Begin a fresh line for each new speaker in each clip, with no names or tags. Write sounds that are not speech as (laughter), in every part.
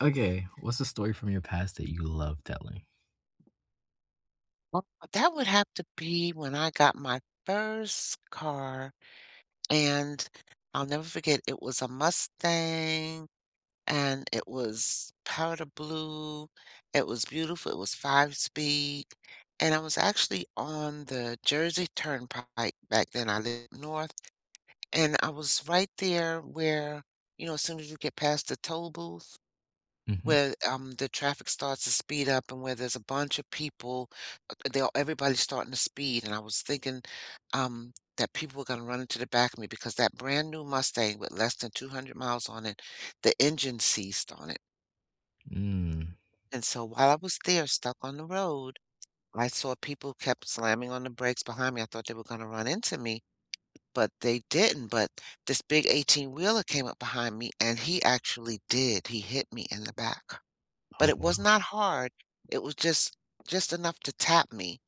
Okay, what's a story from your past that you love telling?
Oh, that would have to be when I got my first car, and I'll never forget, it was a Mustang, and it was powder blue. It was beautiful. It was five speed. And I was actually on the Jersey Turnpike back then. I lived north, and I was right there where, as soon as you get past the toll booth
Mhm.
where the traffic starts to speed up and where there's a bunch of people they all everybody's starting to speed, and I was thinking that people were going to run into the back of me, because that brand new Mustang with less than 200 miles on it, the engine seized on it.
Mm.
And so while I was there stuck on the road, I saw people kept slamming on the brakes behind me. I thought they were going to run into me, but they didn't. But this big 18 wheeler came up behind me, and he actually did, he hit me in the back, but
Oh,
it was
wow.
not hard. It was just enough to tap me.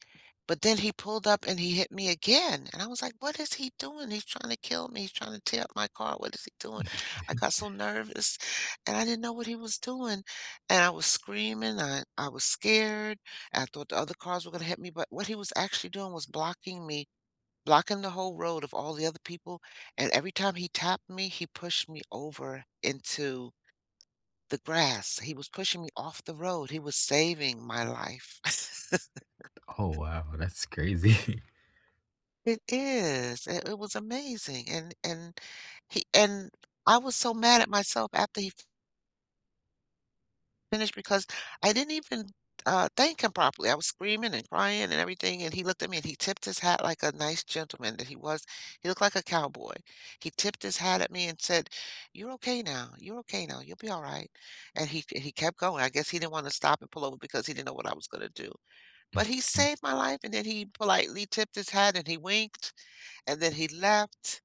But then he pulled up and he hit me again. And I was like, what is he doing? He's trying to kill me. He's trying to tear up my car. What is he doing? I got so nervous and I didn't know what he was doing. And I was screaming. I was scared. I thought the other cars were going to hit me. But what he was actually doing was blocking me, blocking the whole road of all the other people. And every time he tapped me, he pushed me over into the grass. He was pushing me off the road, he was saving my life. (laughs)
Oh, wow, that's crazy.
It is, it was amazing, and he, and I was so mad at myself after he finished because I didn't even, thank him properly. I was screaming and crying and everything, and he looked at me and he tipped his hat like a nice gentleman that he was. He looked like a cowboy. He tipped his hat at me and said, you're okay now, you'll be alright," and he kept going. I guess he didn't wanna stop and pull over because he didn't know what I was gonna do. But he saved
(laughs)
my life, and then he politely tipped his hat, and he winked, and then he left.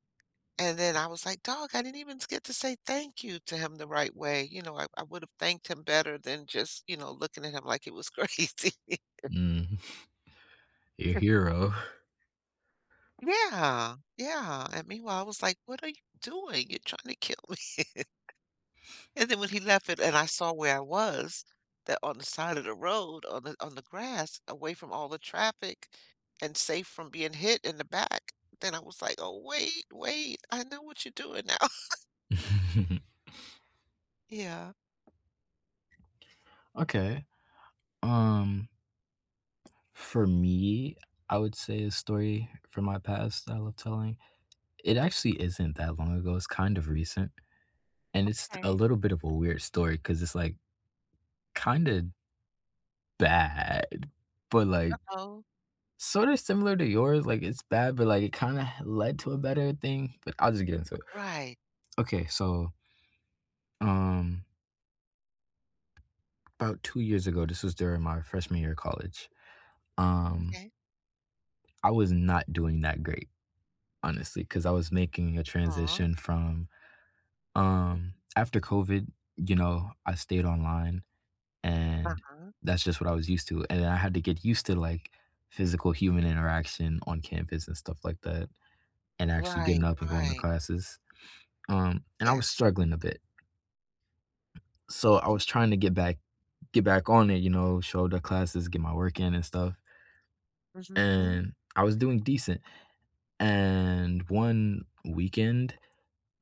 And then I was like, "Dog, I didn't even get to say thank you to him the right way." You know, I would have thanked him better than just, you know, looking at him like it was (laughs) crazy.
Mm. Your hero.
Yeah, yeah, and meanwhile, I was like, "What are you doing? You're trying to kill me." (laughs) And then when he left it and I saw where I was, that on the side of the road, on the grass, away from all the traffic and safe from being hit in the back, then I was like, "Oh, wait, wait, I know what you're doing now." (laughs)
(laughs)
Yeah,
Okay, um, for me, I would say a story from my past that I love telling. It actually isn't that long ago, it's kind of recent, and it's a
okay.
little bit of a weird story because it's, like, kinda bad, but, like,
Oh,
sort of similar to yours, like, it's bad, but, like, it kinda led to a better thing, but I'll just get into it.
right,
Okay, so, um, about 2 years ago, this was during my freshman year of college, um,
okay.
I was not doing that great, honestly, because I was making a
Aw,
transition from, after COVID, you know, I stayed online, and
uh-huh.
that's just what I was used to, and then I had to get used to, like, physical human interaction on campus and stuff like that, and actually getting
Right,
up and going to
right,
classes. And I was
yes.
struggling a bit. So I
Mhm,
was trying to get back on it, you know, show the classes, get my work in and stuff.
mhm.
And I was doing decent. And one weekend,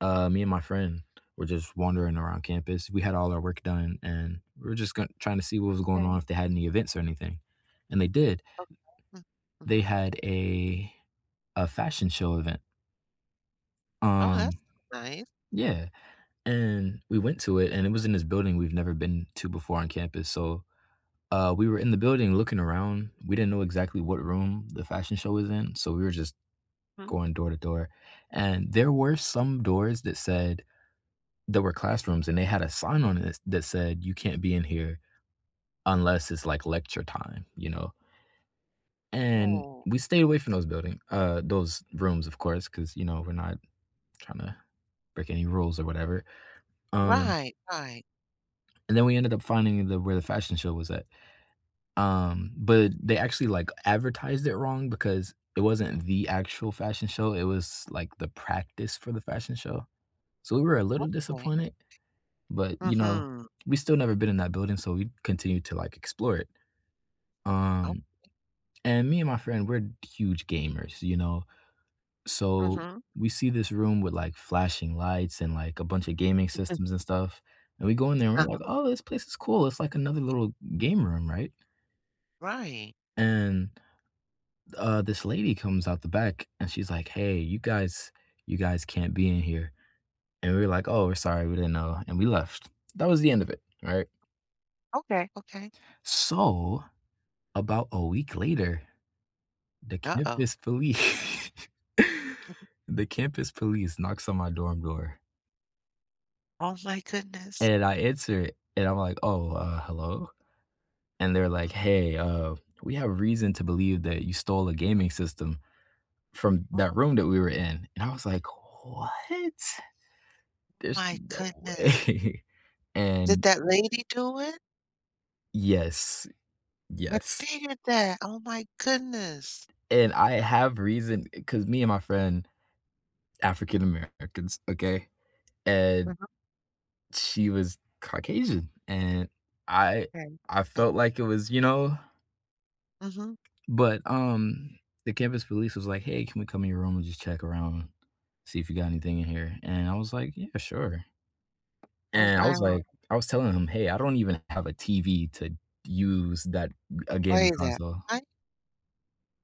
me and my friend were just wandering around campus. We had all our work done and we were just trying to see what was going on,
Okay,
if they had any events or anything. And they did.
okay. Mm,
They
mhm.
had a fashion show event.
Oh,
Um,
that's nice.
yeah. And we went to it and it was in this building we've never been to before on campus. So we were in the building looking around. We didn't know exactly what room the fashion show was in, so we were just
Mhm.
going door to door. And there were some doors that said there were classrooms, and they had a sign on it that said, "You can't be in here unless it's like lecture time," you know? And
Oh,
we stayed away from those building those rooms, of course, because you know, we're not trying to break any rules or whatever. Um,
right, right,
and then we ended up finding the where the fashion show was at. But they actually, like, advertised it wrong because it wasn't the actual fashion show, it was, like, the practice for the fashion show. So we were a little
okay.
disappointed, but, you know,
Mhm.
we still never been in that building, so we continued to, like, explore it.
Oh,
Um, and me and my friend, we're huge gamers, you know? So
mhm.
we see this room with, like, flashing lights and, like, a bunch of gaming systems and stuff, and we go in there and we're
Uh-huh.
like,
(laughs)
"Oh, this place is cool. It's like another little game room, right?"
Right.
And this lady comes out the back and she's like, "Hey, you guys can't be in here." And we were like, "Oh, we're sorry, we didn't know," and we left. That was the end of it, right?
Okay. Okay.
So about a week later, the
Uh-oh.
campus police, (laughs) the campus police knocks on my dorm door,
Oh, Oh my goodness.
and I answer it, and I'm like, "Oh, hello," and they're like,
Mm,
"Hey, we have reason to believe that you stole a gaming system from that
Oh
room that we were in," and I was like, "What?" There's
my
no
goodness.
way. (laughs)
Did
And
that lady do it?
yes,
I
yes,
figured that. Oh my goodness.
and I have reason because me and my friend, African Americans, okay, and
Mhm,
she was Caucasian, and I
Okay.
I
Okay.
felt like it was,
Mm-hmm.
but, the campus police was like, "Hey, can we come in your room and just check around, see if you got anything in here?" And I was like, "Yeah, sure."
Oh
And I was
wow.
like I was telling him, "Hey, I don't even have a TV to use that a
Play
gaming
that.
console."
I,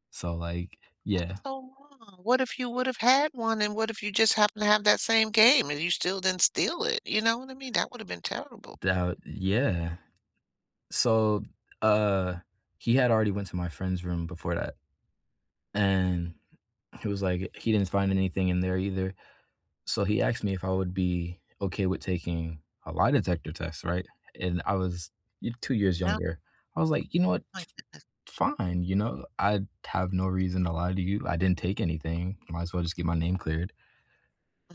So like,
that's
yeah,
so wrong. What if you would have had one, and what if you just happen to have that same game and you still didn't steal it? You know what I mean? That would have been terrible.
that yeah. So, uh, he had already went to my friend's room before that, and he was like, he didn't find anything in there either. So he asked me if I would be okay with taking a lie detector test, right? And I was 2 years
No.
younger. I was like, you know what?
I
Fine. You know, I have no reason to lie to you. I didn't take anything. Might as well just get my name cleared.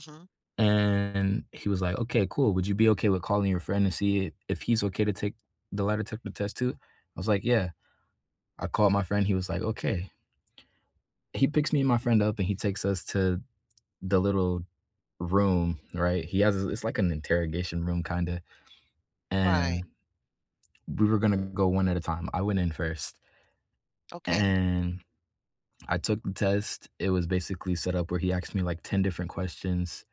hmm.
And he was like, "Okay, cool. Would you be okay with calling your friend and see if he's okay to take the lie detector test too?" I was like, "Yeah." I called my friend. He was like, "Okay." He picks me and my friend up and he takes us to the little room, right? He has It's like an interrogation room kinda,
Right.
and we were gonna go one at a time. I went in first,
Okay.
and I took the test. It was basically set up where he asked me like 10 different questions.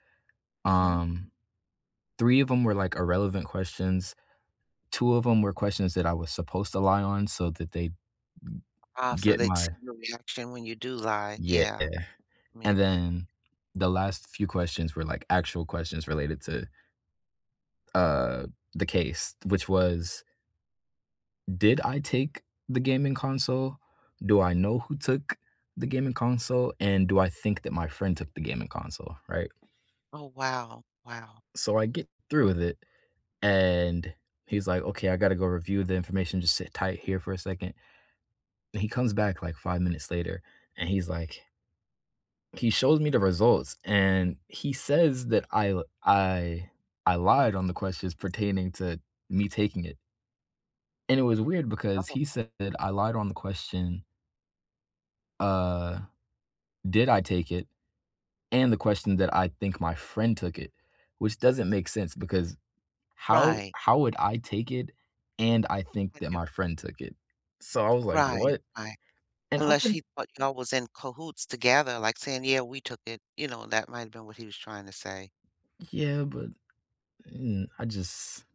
Mm-hmm.
Um, 3 of them were like irrelevant questions, 2 of them were questions that I was supposed to lie on so that they
Ah, so
get
they'd see
my
your reaction when you do lie.
Yeah,
Yeah. I mean,
and then the last few questions were, like, actual questions related to, uh, the case, which was, "Did I take the gaming console? Do I know who took the gaming console? And do I think that my friend took the gaming console?" Right?
Oh, wow, wow.
So I get through with it, and "Okay, I gotta go review the information, just sit tight here for a second," and he comes back, like, 5 minutes later, and he's like, He shows me the results, and he says that I lied on the questions pertaining to me taking it, and it was weird because
Oh,
he said I lied on the question, uh, "Did I take it?" and the question that I think my friend took it, which doesn't make sense because how
right.
how would I
He
take it and I think
had
that
you-
my friend took it? So I was like,
Right,
"What?"
right.
And up
Unless
un
he thought y'all was in cahoots together, like saying, "Yeah, we took it." You know, that might have been what he was trying to say.
yeah, but, I just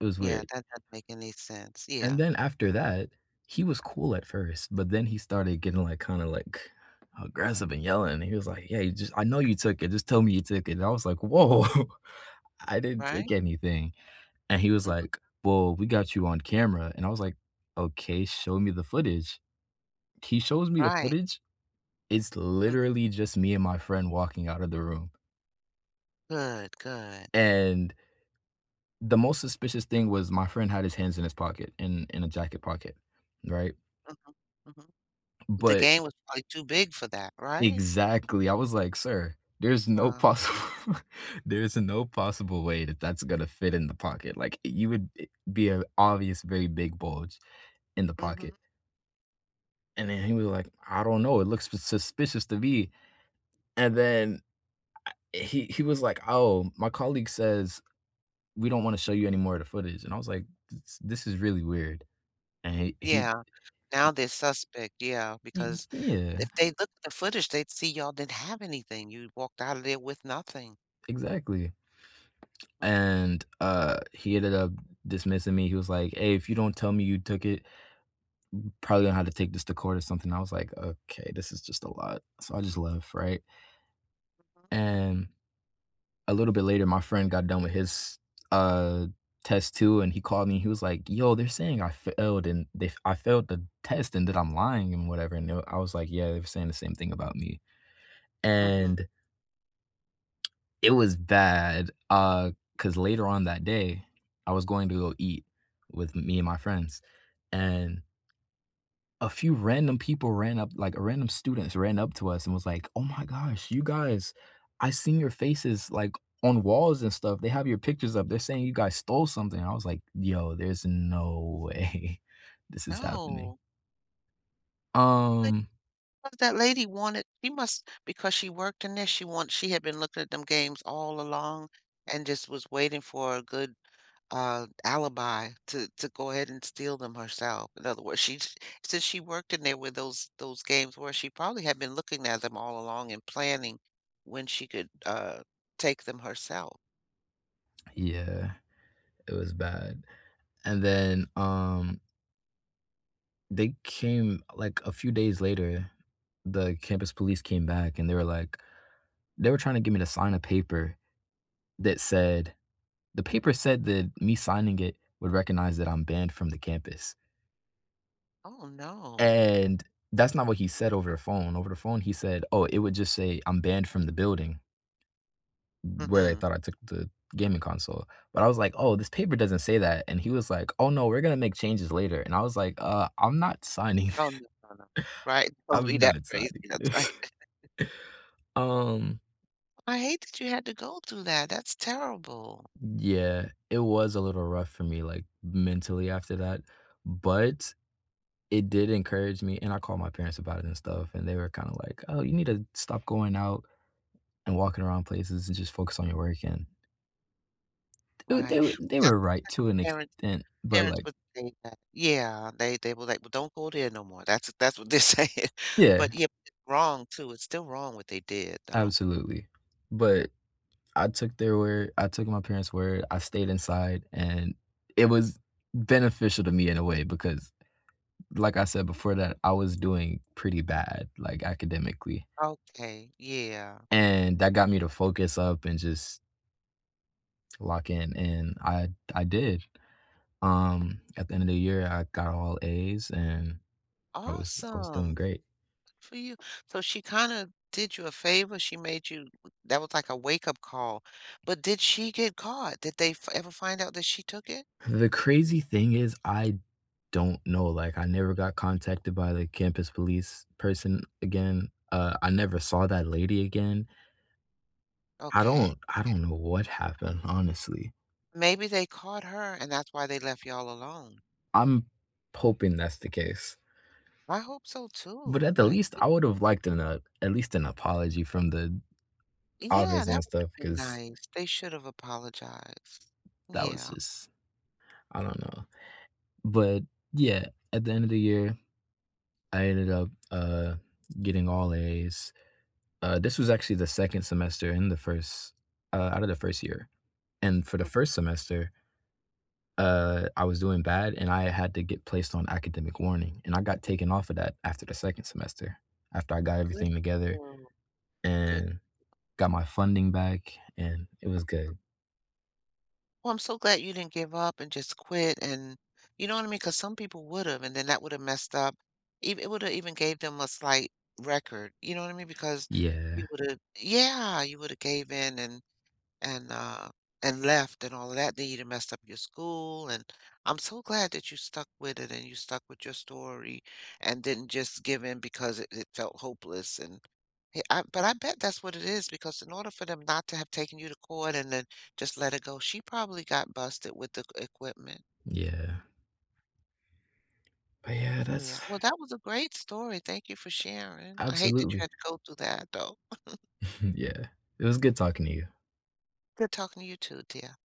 it was
Yeah,
weird.
that doesn't make any sense.
And
Yeah,
then after that, he was cool at first, but then he started getting, like, kinda, like, aggressive and yelling, and he was like, "Hey, just I know you took it, just tell me you took it," and I was like, "Whoa, (laughs) I didn't take
right?
anything," and he was
Mhm,
like, "Well, we got you on camera," and I was like, "Okay, show me the footage." He shows me the
right.
footage, it's
Mhm.
literally just me and my friend walking out of the room,
Good, good.
and the most suspicious thing was my friend had his hands in his pocket, in a jacket pocket, right?
Mhm, mhm. The
But
game was probably too big for that, right?
exactly, I was like, "Sir, there's no
Yeah.
possible (laughs) there's no possible way that that's gonna fit in the pocket, like, you would it be an obvious very big bulge in the
Mhm.
pocket," and then he was like, "I don't know, it looks suspicious to me," and then he was like, "Oh, my colleague says we don't wanna show you any more of the footage," and I was like, "This is really weird," and he
Yeah, now they're suspect, yeah,
y
because
yeah,
if they look at the footage, they'd see y'all didn't have anything. You walked out of there with nothing.
exactly,
Mhm,
and, he ended up dismissing me, he was like, "Hey, if you don't tell me you took it" probably gonna have to take this to court or something. I was like, okay, this is just a lot. So I just left, right? And a little bit later, my friend got done with his uh, test too, and he called me. He was like, yo, they're saying I failed and they I failed the test and that I'm lying and whatever. And I was like, yeah, they were saying the same thing about me.
mhm.
And it was bad because later on that day, I was going to go eat with me and my friends. And a few random people ran up, like random students ran up to us and was like, "Oh my gosh, you guys, I seen your faces like on walls and stuff. They have your pictures up. They're saying you guys stole something." I was like, "Yo, there's no way (laughs) this is happening."
No. Well, like,
Um,
'cause that lady wanted, she must because she worked in this, she had been looking at them games all along and just was waiting for a good, alibi to go ahead and steal them herself. In other words, she j since she worked in there where those games were, she probably had been looking at them all along and planning when she could, take them herself.
yeah, it was bad. And then they came like a few days later, the campus police came back and they were
Mm.
trying to get me to sign a paper that said The paper said that me signing it would recognize that I'm banned from the campus,
Oh, no.
and that's not what he said over the phone. Over the phone, he said, "Oh, it would just say I'm banned from the building," where they
Mhm.
thought I took the gaming console, but I was like, "Oh, this paper doesn't say that," and he was like, "Oh, no, we're gonna make changes later," and I was like, I'm not signing thi
Oh, no, no, no. Right, (laughs)
(laughs)
don't be
I'm
that
not
crazy,
signing
that's
this."
right.
(laughs) Um,
I hate that you had to go through that, that's terrible.
yeah, it was a little rough for me, like, mentally after that, but it did encourage me, and I called my parents about it and stuff, and they were kinda like, "Oh, you need to stop going out and walking around places and just focus on your work," and they
Right.
they were
Well,
they
That's
were right to an
the parent
extent, but,
Parents
like
would say that. Yeah, they were like, "Well, don't go there no more." That's what they're (laughs) saying.
yeah,
But, yeah, it's wrong too, it's still wrong what they did, though.
absolutely. But I took my parents' word, I stayed inside, and it was beneficial to me in a way because, like I said before that, I was doing pretty bad, like, academically,
Okay, yeah.
and that got me to focus up and just lock in, and I did. At the end of the year, I got all A's and I was doing
Awesome.
great.
Good for you. So she kinda did you a favor, she made you, that was like a wake-up call. But did she get caught? Did they f ever find out that she took it?
The crazy thing is I don't know, like, I never got contacted by the campus police person again. I never saw that lady again. I
Okay.
don't I don't know what happened, honestly.
Maybe they caught her, and that's why they left y'all alone.
I'm hoping that's the case.
I hope so
But
too,
at the
my
least, I would have liked an at least an apology from the
Yeah,
officer and
that would
stuff
have been
because
nice. They should have apologized.
that was
Yeah,
just, I don't know. But, yeah, at the end of the year I ended up, getting all A's. This was actually the 2nd semester in the 1st uh, out of the 1st year, and for the 1st semester, I was doing bad, and I had to get placed on academic warning, and I got taken off of that after the 2nd semester, after I got
good
everything
for
together
you. Good.
and got my funding back, and it was good.
Well, I'm so glad you didn't give up and just quit, and you know what I mean? Because some people would have, and then that would have messed up. Ev It would have even gave them a slight record, you know what I mean? Because you
Yeah,
would have, yeah, you would have gave in and and uh and left and all of that. Then you'd have messed up your school. And I'm so glad that you stuck with it and you stuck with your story and didn't just give in because it felt hopeless. And hey, but I bet that's what it is, because in order for them not to have taken you to court and then just let it go, she probably got busted with the equipment.
yeah. But yeah,
Yeah.
that's
Well, that was a great story. Thank you for sharing. I hate that you
absolutely.
had
(laughs)
to go through that though.
Yeah. It was good talking to you.
Good talking to you too, dear.